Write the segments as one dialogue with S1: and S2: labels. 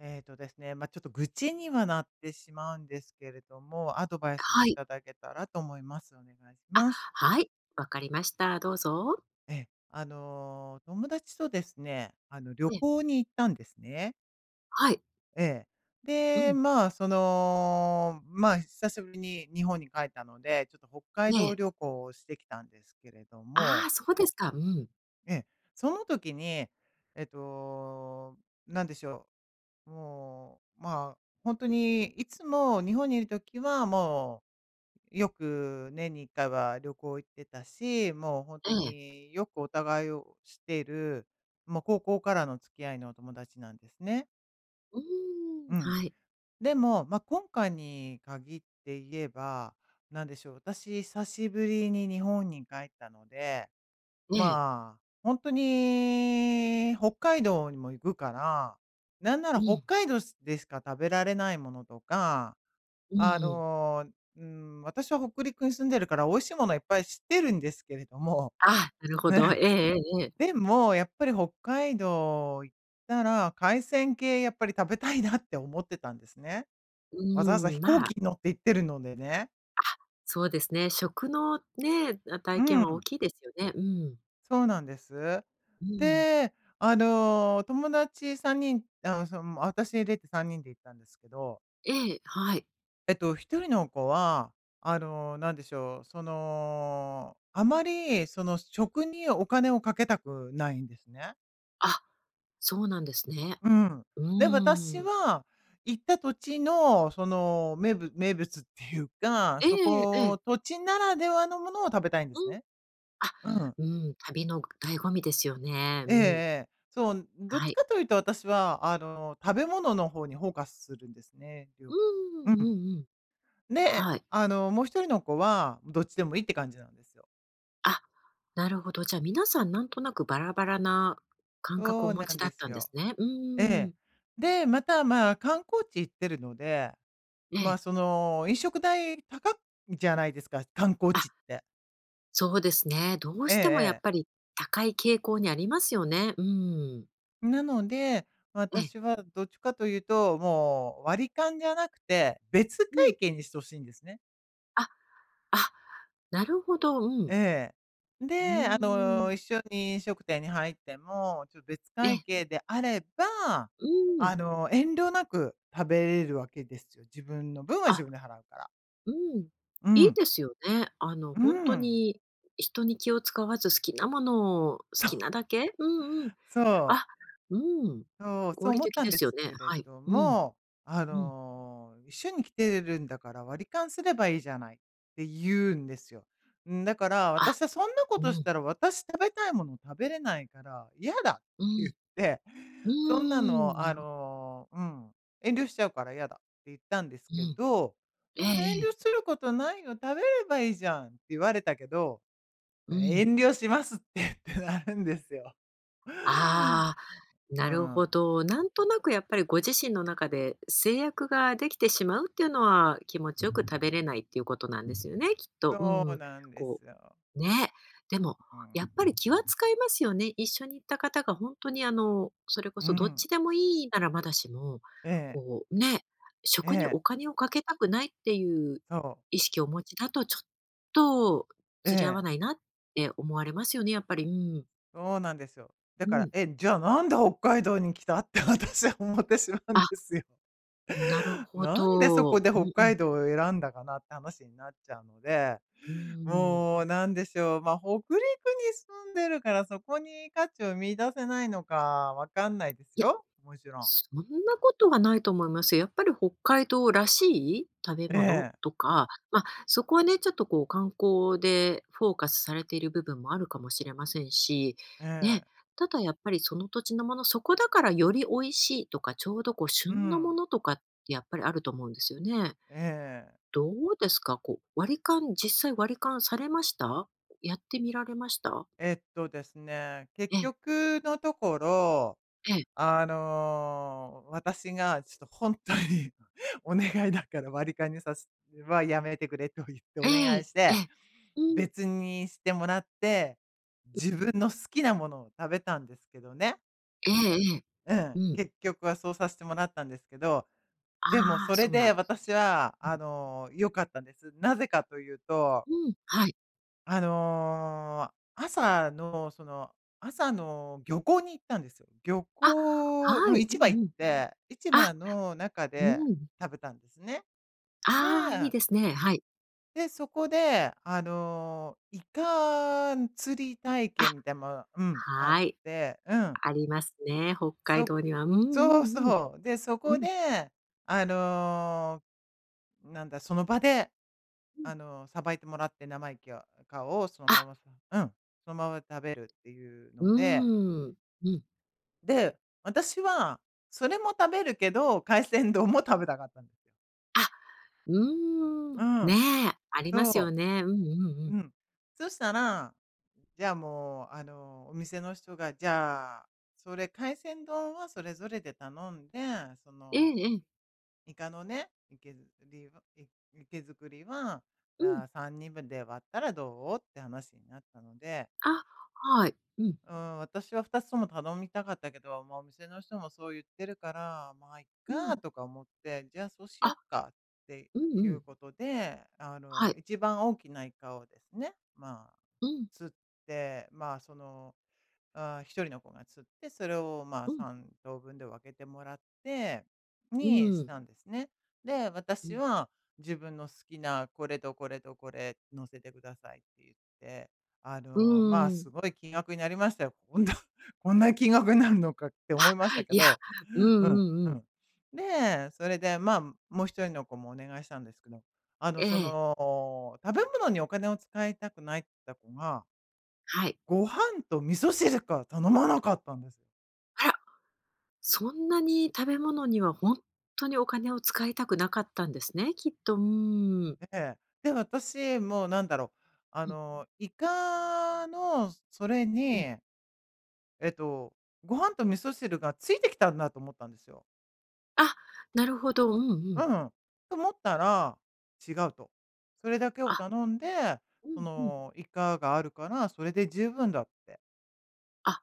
S1: ええとですね、まあ、ちょっと愚痴にはなってしまうんですけれども、アドバイス
S2: は
S1: もい
S2: い。
S1: ただけたらと思います。お願いし
S2: あ、
S1: ます。
S2: はい、わかりました。どうぞ。
S1: ええ、友達とですね、旅
S2: ええ、
S1: 行に行ったんですね。
S2: はい。
S1: ええ。
S2: う
S1: で、
S2: ん、
S1: まあ、まあ、久しぶりに日本に帰ったので、ちょっと北海道
S2: ねえ。
S1: 旅行をしてきたんですけれど
S2: ああ、
S1: も、
S2: そうですか。うん。
S1: ええ、その時に、えっと、なんでしょうもう、まあ、本当にいつも日本にいる時は、もうよく年に1回は旅行行ってたし、もう本
S2: え
S1: 当
S2: え。
S1: によくお互いを知っている、もう高校からの付き合いのお友達なんですね。
S2: うーん、
S1: うん。
S2: はい。
S1: でも、まあ、今回に限って言えば、なんでしょう、私久しぶりに日本に帰ったので、
S2: ねえ。
S1: まあ、本当に北海道にも行くから、なんな
S2: う
S1: ら北
S2: ん、
S1: 海道でしか食べられないものとか、
S2: う
S1: あ
S2: ん。
S1: の、うん、私は北陸に住んでるから美味しいものいっぱい知ってるんですけれども、
S2: ああ、なるほ
S1: ね、
S2: ど。え えええええ。
S1: でもやっぱり北海道行ったら、海鮮系やっぱり食べたいなって思ってたんですね。
S2: う
S1: わざわざ
S2: ーん、
S1: 飛行
S2: まあ、
S1: 機に乗って行ってるのでね。
S2: そうですね。食のね、体
S1: う
S2: 験は大
S1: ん。
S2: きいですよね。うん。
S1: そうなんです。
S2: うん。
S1: で、友達3人、私入れて3人で行ったんですけど、
S2: ええ、はい。
S1: 1人の子は、なんでしょう、あまり、食にお金をかけたくないんですね。
S2: あ、そうなんですね。
S1: うん。
S2: う
S1: で、私
S2: ーん。
S1: は、行った土地の、名物名物っていうか、
S2: え
S1: そ
S2: えええ。
S1: こ、土地ならではのものを食べたいんで
S2: う
S1: す
S2: ん。
S1: ね。
S2: あ、
S1: うん。
S2: うん、旅の醍醐味ですよね。う
S1: えええ
S2: ん。
S1: え。そう、どっ
S2: は
S1: ち
S2: い。
S1: かというと私は、食べ物の方にフォーカスするんですね、
S2: う
S1: 量、
S2: んうん
S1: う
S2: うん
S1: ん。
S2: うん。
S1: で、
S2: はい。
S1: もう一人の子は、どっちでもいいって感じなんですよ。
S2: あ、なるほど。じゃあ皆さんなんとなくバラバラな感覚
S1: そ
S2: をお
S1: う
S2: 持
S1: な
S2: ち
S1: ん
S2: だ
S1: で
S2: っ
S1: す
S2: たんです
S1: よ。
S2: ね。う
S1: え
S2: ーん。
S1: え。で、また、まあ、観光地行ってるので、
S2: え
S1: まあ、
S2: え。
S1: 飲食代高いじゃないですか、観光
S2: あ、
S1: 地って。
S2: そうですね。どう
S1: ええ
S2: してもやっ
S1: ええ。
S2: ぱり高い傾向にありますよね。うん。
S1: なので、
S2: ええ。
S1: 私はどっちかというと、もう割り勘じゃなくて、別
S2: うん。
S1: 会計にしてほしいんですね。
S2: あ、あ、なるほど。うん。
S1: ええ。
S2: う
S1: で、
S2: ーん。
S1: 一緒に飲食店に入っても、ちょっと別
S2: ええ。
S1: 会計であれば、
S2: うん。
S1: 遠慮なく食べれるわけですよ。自分の分は
S2: あ、
S1: 自分で払うから。
S2: うん。
S1: う
S2: いい
S1: ん。
S2: ですよね。
S1: う
S2: 本当
S1: ん。
S2: に人に気を使わず好きなものを好
S1: そう、
S2: きなだけ、うんうん。
S1: そう。
S2: あ、うん。
S1: そう、そ
S2: 合
S1: う
S2: 理
S1: 思っ
S2: 的
S1: たん
S2: で
S1: で
S2: すよ
S1: す
S2: ね。
S1: けれ
S2: はい。
S1: ど
S2: うん、
S1: も、
S2: うん。
S1: 一緒に来てるんだから割り勘すればいいじゃないって言うんですよ。だから
S2: あ、
S1: 私はそんなこ
S2: う
S1: とし
S2: ん、
S1: たら私食べたいもの食べれないから嫌だっ
S2: う
S1: て言
S2: ん、
S1: って、
S2: う
S1: そんなの、
S2: なるほど、
S1: うん、遠慮しちゃうから嫌だって言ったんです
S2: う
S1: け
S2: ん。
S1: ど、
S2: ええ
S1: そんな遠
S2: ええ。
S1: 慮することないよ、食べればいいじゃんって言われたけど、そ
S2: う
S1: れ
S2: ん。
S1: 遠慮しますって言ってなるんですよ。
S2: ああ、
S1: う
S2: なるほ
S1: ん。
S2: ど。なんとなくやっぱりご自身の中で制約ができてしまうっていうのは、気持ちよく食べれないっていうことなんですよね、きっと。
S1: そ
S2: う
S1: う
S2: ん。
S1: なんで
S2: こ
S1: すよ。
S2: うね、でも、
S1: うん。
S2: やっぱり気は使いますよね。一緒に行った方が本当にそれこ
S1: う
S2: そどっ
S1: ん。
S2: ちでもいいならまだしも、
S1: ええ、
S2: こうね、
S1: え
S2: 食に
S1: え、
S2: お金をかけたくないっていう
S1: そ
S2: 意
S1: う。
S2: 識をお持ちだと、ちょっと
S1: え
S2: 釣り合
S1: え、
S2: わないなって思われますよね、やっぱり。うん。
S1: そうなんですよ。だ
S2: う
S1: から、
S2: ん。
S1: え、じゃあなんで北海道に来たって私は思ってしまうん
S2: あ、
S1: ですよ。
S2: なる ほ
S1: なんでそこ
S2: ど。
S1: で
S2: う
S1: 北
S2: んうん。
S1: 海道を選んだかなって話になっちゃうので、
S2: うん。
S1: もうなんでしょう、北陸に住んでるからそこに価値を見出せないのかわかんないです
S2: いや、
S1: よ、もちろん。
S2: そんなことはないと思います。やっぱり北海道らしい食べ
S1: え
S2: 物
S1: え、
S2: とか、まあ、そこはね、ちょっとこう観光でフォーカスされている部分もあるかもしれませんし、
S1: え
S2: ね、
S1: え、
S2: ただやっぱりその土地のもの、そこだからより美味しいとか、ちょうどこう
S1: う
S2: 旬のも
S1: ん、
S2: のとかってやっぱりあると思うんですよね。
S1: ええ。
S2: どうですか？こう、割り勘実際割り勘されました？やってみられました？
S1: えっとですね、
S2: え
S1: 結
S2: え、
S1: 局のところ、
S2: ええ、
S1: 私がちょっと本当に お願いだから割り勘にさせはやめてくれと言って
S2: え
S1: お願い
S2: え、
S1: し
S2: え
S1: て、
S2: え。うん。
S1: 別にしてもらって、自分の好きなものを食べたんですけどね。
S2: ええええ。
S1: うん、
S2: うん。
S1: 結局はそうさせてもらったんですけど、でも
S2: ああ、
S1: それ
S2: そうなん
S1: で
S2: です。
S1: 私は、
S2: う
S1: 良かったんです。なぜかというと
S2: ん、うん、はい。
S1: あの、朝の、その、朝の漁港に行ったんですよ。漁
S2: あ、
S1: 港
S2: は
S1: の
S2: い。う
S1: 市場行
S2: ん
S1: っ
S2: うん。
S1: て、市
S2: あ、
S1: 場の中で
S2: うん。
S1: 食べたんですね。
S2: ああ、いい
S1: で、
S2: ですね。はい。
S1: そこで、イカ釣り体
S2: あ、
S1: 験みたいなのも、あっ
S2: はい。
S1: て、うん。
S2: ありますね、北海
S1: そ
S2: 道には。うんう
S1: そう
S2: んうん。
S1: そう。で、そ
S2: う
S1: こ
S2: ん、
S1: で、あの、なんだ、その場で
S2: うん。
S1: さばいてもらって生意気やかをその
S2: あ、
S1: ままさうん、そのまま食べるっていう
S2: う
S1: ので、
S2: ーん。うん。
S1: で、私はそれも食べるけど、海鮮丼も食べたかったんですよ。
S2: あ、うーん。
S1: うん、
S2: ねえ、ありますよ
S1: そ
S2: ね。うんうんう
S1: う、
S2: ん。
S1: うん。そしたら、じゃあもう、お店の人が、じゃあ、それ海鮮丼はそれぞれで頼んで、そ
S2: ええ
S1: の、
S2: ええ。
S1: イカのね、池けずりはい活けりは、
S2: うん。
S1: あ、3人分で割ったらどうって話になったので、
S2: あ、はい。うん。
S1: うん、私は2つとも頼みたかったけど、まあ、お店の人もそう言ってるから、まあ、いっ
S2: うん。
S1: かとか思って、じゃあそうしよ
S2: あ、
S1: っかって
S2: うんう
S1: いう
S2: ん。
S1: ことで、
S2: はい。
S1: 一番大きなイカをですね、まあ、
S2: うん。
S1: 釣って、まあ、あ、1人の子が釣って、それを、まあ、
S2: うん。
S1: 3等分で分けてもらって、
S2: う
S1: にし
S2: ーん。
S1: たんですね。で、
S2: う
S1: 私
S2: ん。
S1: は自分の好きなこれとこれとこれ乗せてくださいって言って、
S2: う
S1: まあ、
S2: ーん。
S1: すごい金額になりましたよ。こんな こんな金額になるのかって思いましたけ
S2: いや、
S1: ど、
S2: うん
S1: う
S2: う
S1: ん、
S2: ん
S1: う
S2: うん。
S1: ん。で、それで、まあ、もう一人の子もお願いしたんですけど、
S2: ええ、
S1: 食べ物にお金を使いたくないって言った子が
S2: はい。
S1: ご飯と味噌汁か、頼まなかったんですよ。
S2: あら。そんなに食べ物には本当にお金を使いたくなかったんですね、きっと。うーん。
S1: ええ。で、私、もう
S2: うん
S1: イカのそれ
S2: うん。
S1: に、えっと、ご飯と味噌汁がついてきたんだと思ったんですよ。
S2: あ、なるほど。うんう
S1: う
S2: ん。
S1: ん。と思ったら、違うと。それだけを
S2: あ、
S1: 頼んで、
S2: うんうん。
S1: イカがあるから、それで十分だって。
S2: あ、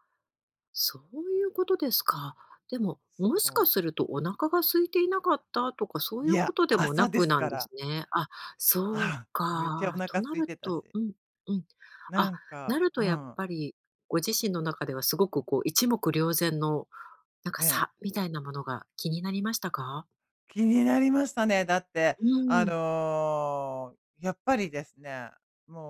S2: そういうことですか。でも、もしか
S1: そ
S2: す
S1: う。
S2: るとお腹が空いていなかったとか、そうい
S1: い
S2: うこ
S1: や、
S2: とでもな
S1: 朝で
S2: く
S1: す
S2: なん
S1: か
S2: です
S1: ら。
S2: ね。そう
S1: あ、めっちゃお
S2: か。と
S1: 腹
S2: な
S1: 空い
S2: る
S1: てた
S2: と、
S1: し。
S2: うんうん。あ、
S1: なん
S2: な
S1: か、
S2: ると
S1: う
S2: やっ
S1: ん、
S2: ぱり、ご自身の中ではすごくこう一目瞭然の、なんか
S1: ええ。
S2: 差みたいなものが気になりましたか？
S1: 気になりましたね。だって、
S2: うん、
S1: やっぱりですね、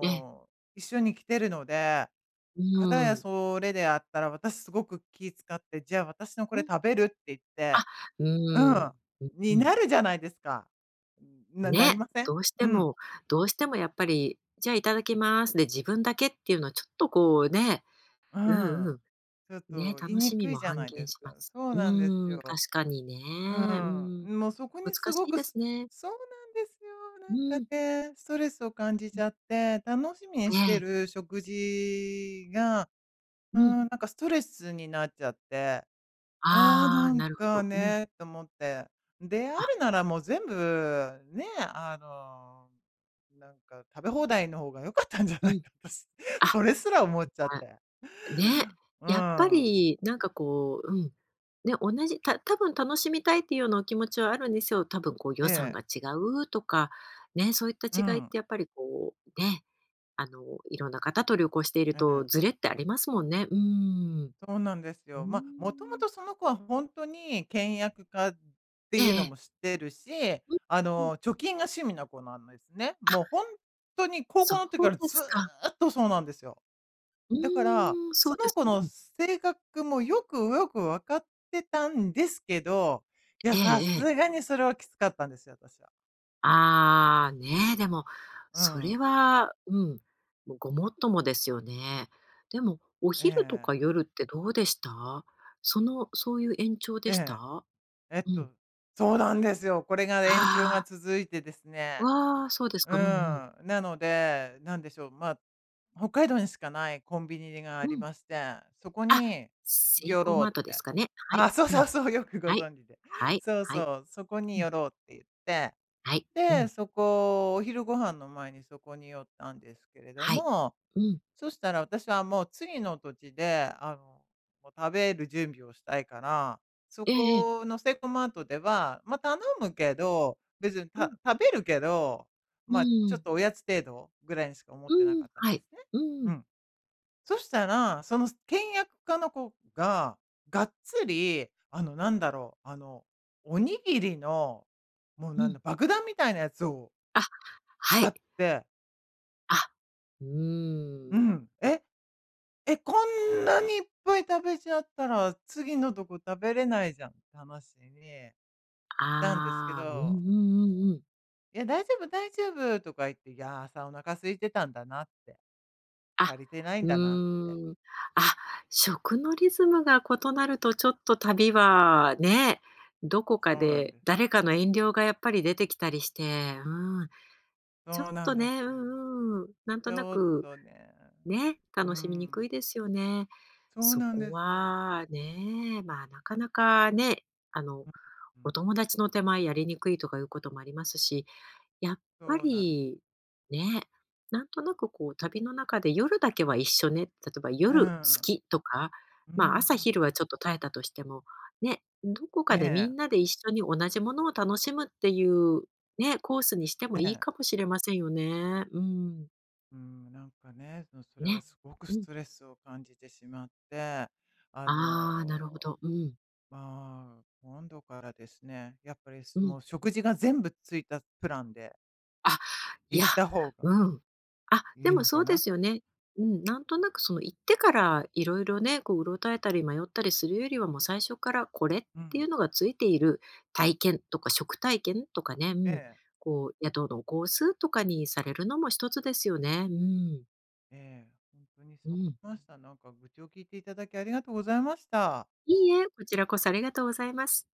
S2: ええ、
S1: う一緒に来てるので、
S2: う
S1: かたや
S2: ん、
S1: それであったら、私すごく気使って、じゃあ私のこ
S2: う
S1: れ
S2: ん、
S1: 食べるって言っ
S2: あ、
S1: て、
S2: う
S1: う
S2: ーん、
S1: ん、
S2: う
S1: に
S2: ん、
S1: なるじゃないですか。ななり
S2: ね、
S1: ません？
S2: どうして
S1: うん、
S2: もどうしてもやっぱり、じゃあいただきますで自分だけっていうのはちょっとこうね、
S1: う
S2: うん
S1: ん。
S2: う
S1: ちょっ
S2: ん、ね、
S1: と言い
S2: 楽
S1: に
S2: しみ
S1: く
S2: も
S1: いじゃ
S2: 半
S1: ない
S2: 減
S1: です
S2: しま
S1: か。
S2: す。
S1: そう
S2: う
S1: なんです
S2: ーん、
S1: よ。
S2: 確かに
S1: う
S2: ね、う
S1: ん、
S2: ん、
S1: もうそこにす
S2: 難し
S1: ご
S2: い
S1: く
S2: です
S1: す
S2: ね。
S1: そうなんですよ。
S2: う
S1: なんか
S2: ん、
S1: ね、ストレスを感じちゃって、楽しみに
S2: え
S1: して
S2: え、
S1: る食事が、
S2: う
S1: うん、
S2: ん、
S1: なんかストレスになっちゃって、ああ、
S2: ああ、
S1: なん
S2: なるほ
S1: か
S2: ど、うん、
S1: ね、と思って。であ
S2: あ、
S1: るならもう全部、ね、あの、なんか食べ放題の方が良かったんじゃ
S2: う
S1: ない
S2: ん、
S1: か、私。
S2: あ、
S1: それすら思っちゃって。
S2: なね、
S1: う
S2: やっぱ
S1: ん。
S2: りなんかこう、うん、ね、同じた多分楽しみたいっていうようなお気持ちはあるんですよ。多分こう予
S1: え
S2: 算
S1: え、
S2: が違うとか、ね、そういった
S1: う
S2: 違いっ
S1: ん、
S2: てやっぱりこう、ね、あの、いろんな方と旅行している
S1: え
S2: と
S1: え。
S2: ズレってありますもんね。うん。
S1: そうなんです
S2: うー
S1: よ。まあ、もとも
S2: ん。
S1: とその子は本当に倹約家って
S2: ええ
S1: いうの
S2: え
S1: も
S2: え。
S1: 知ってるし、
S2: うん、うん。
S1: 貯金が趣味な子なんですね。
S2: あ、
S1: もう本当に高
S2: そ
S1: 校の時
S2: う
S1: から
S2: で
S1: ず
S2: す
S1: ー
S2: か。
S1: っとそうなんですよ。
S2: う
S1: だから、
S2: ーん、そ
S1: そ
S2: うで
S1: の
S2: す
S1: 子
S2: か。
S1: の
S2: うん。
S1: 性格もよくよく分かってたんですけど、いや、
S2: え
S1: さ
S2: えええ。
S1: すがにそれはきつかったんですよ、私は。
S2: ああ、ねえ、でも、
S1: う
S2: それ
S1: ん。
S2: は、うん、もうごもっともですよね。でも、お
S1: え
S2: 昼とか
S1: え。
S2: 夜ってどうでした？その、そういう延長で
S1: え
S2: し
S1: え。
S2: た？
S1: えっ
S2: うん。
S1: とそうなんですよ。これが延長
S2: あ
S1: が続いてです
S2: あ、
S1: ね、
S2: わあ、そうです
S1: うん。
S2: か。うんうん。
S1: なので、なんでしょう、まあ、北海道にしかないコンビニがあ
S2: う
S1: り
S2: ん。
S1: まして、そこ
S2: あ、
S1: に
S2: セイ
S1: 寄
S2: コー
S1: ろう
S2: マ
S1: っ
S2: ートです
S1: て。
S2: かね。はい。
S1: あ、そう
S2: うん。
S1: そうそう、よくご
S2: はい。
S1: 存知で。
S2: はい。
S1: そう
S2: は
S1: そ
S2: い。
S1: う、そこ
S2: う
S1: に
S2: ん。
S1: 寄ろうって言って、
S2: はい。うん。
S1: で、そこ、お昼ご飯の前にそこに寄ったんですけれど
S2: はい。
S1: も、
S2: うん。
S1: そしたら私はもう次の土地で、もう食べる準備をしたいから、そ
S2: ええええ。
S1: このセイコーマートでは、頼むけど、別に
S2: うん。
S1: 食べるけど、
S2: う
S1: ちょっ
S2: ん。
S1: とおやつ程度ぐらいにしか思ってな
S2: うん、
S1: かったん
S2: は
S1: で
S2: い。
S1: すね。
S2: う
S1: う
S2: ん。
S1: ん。そしたら、その倹約家の子が、がっつり、おにぎりの、もう
S2: う
S1: なん
S2: ん。
S1: だ、爆弾みたいなやつを
S2: あ、は
S1: 買
S2: い。
S1: って、
S2: あ、うーん。
S1: うん。え、こんなにいっぱい食べちゃったら、次のとこ食べれないじゃんって話にしたんですけ
S2: ああ、うんうんう
S1: ど、
S2: んうん。
S1: いや、大丈夫大丈夫とか言って、いや、朝お腹空いてたんだなって、
S2: あ、
S1: 足りてない
S2: う
S1: んだなって。
S2: ーん。あ、食のリズムが異なるとちょっと旅はね、どこ
S1: そ
S2: か
S1: うなん
S2: で
S1: ですよ。
S2: 誰かの遠慮がやっぱり出てきたりして、うん、ちょっ
S1: そうなん
S2: と
S1: で
S2: ね、う
S1: すよ。
S2: んうん、なん
S1: ち
S2: とな
S1: ょっ
S2: く
S1: とね、
S2: ね、
S1: う
S2: 楽しみにく
S1: ん、
S2: いですよね。
S1: そう
S2: そ
S1: なん
S2: こ
S1: ですよ。
S2: はね、まあ、なかなかね、あの、
S1: うん、う
S2: お
S1: ん、
S2: 友達の手前やりにくいとかいうこともありますし、やっぱ
S1: そうなんです。
S2: り、ね、なんとなくこう旅の中で夜だけは一緒、ね、例えば
S1: う
S2: 夜
S1: ん、
S2: 月とか、
S1: うんう
S2: まあ朝
S1: ん、
S2: 昼はちょっと耐えたとしても、ね、どこ
S1: え
S2: かでみ
S1: え、
S2: んなで一緒に同じものを楽しむっていう、ね、コースにしても
S1: え
S2: いい
S1: え。
S2: かもしれませんよね。うん。
S1: うん、なんかね、それは
S2: ね。
S1: すごく
S2: う
S1: ス
S2: ん。
S1: トレスを感じてしまって、あ
S2: ああ、なるほ
S1: の、
S2: ど。うん。
S1: まあ、今度からですね、やっぱり、
S2: うん。
S1: もう食事が全部ついたプランで
S2: あ、い
S1: 行
S2: や、
S1: った方が
S2: うん。で
S1: いい
S2: も
S1: の
S2: そう
S1: か
S2: で
S1: な。
S2: すよね。うん、なんとなくその、行ってからいろいろね、こう、うろたえたり迷ったりするよりは、もう最初からこれっ
S1: う
S2: ていう
S1: ん。
S2: のがついている体験とか、食体験とかね、う
S1: え
S2: ん、
S1: え、
S2: こう、宿のコースとかにされるのも一つですよね。うん、
S1: ええ、本当に
S2: う
S1: そう
S2: ん。
S1: 思いました。なんか愚痴を聞いていただきありがとうございました。
S2: いいえ、こちらこそありがとうございます。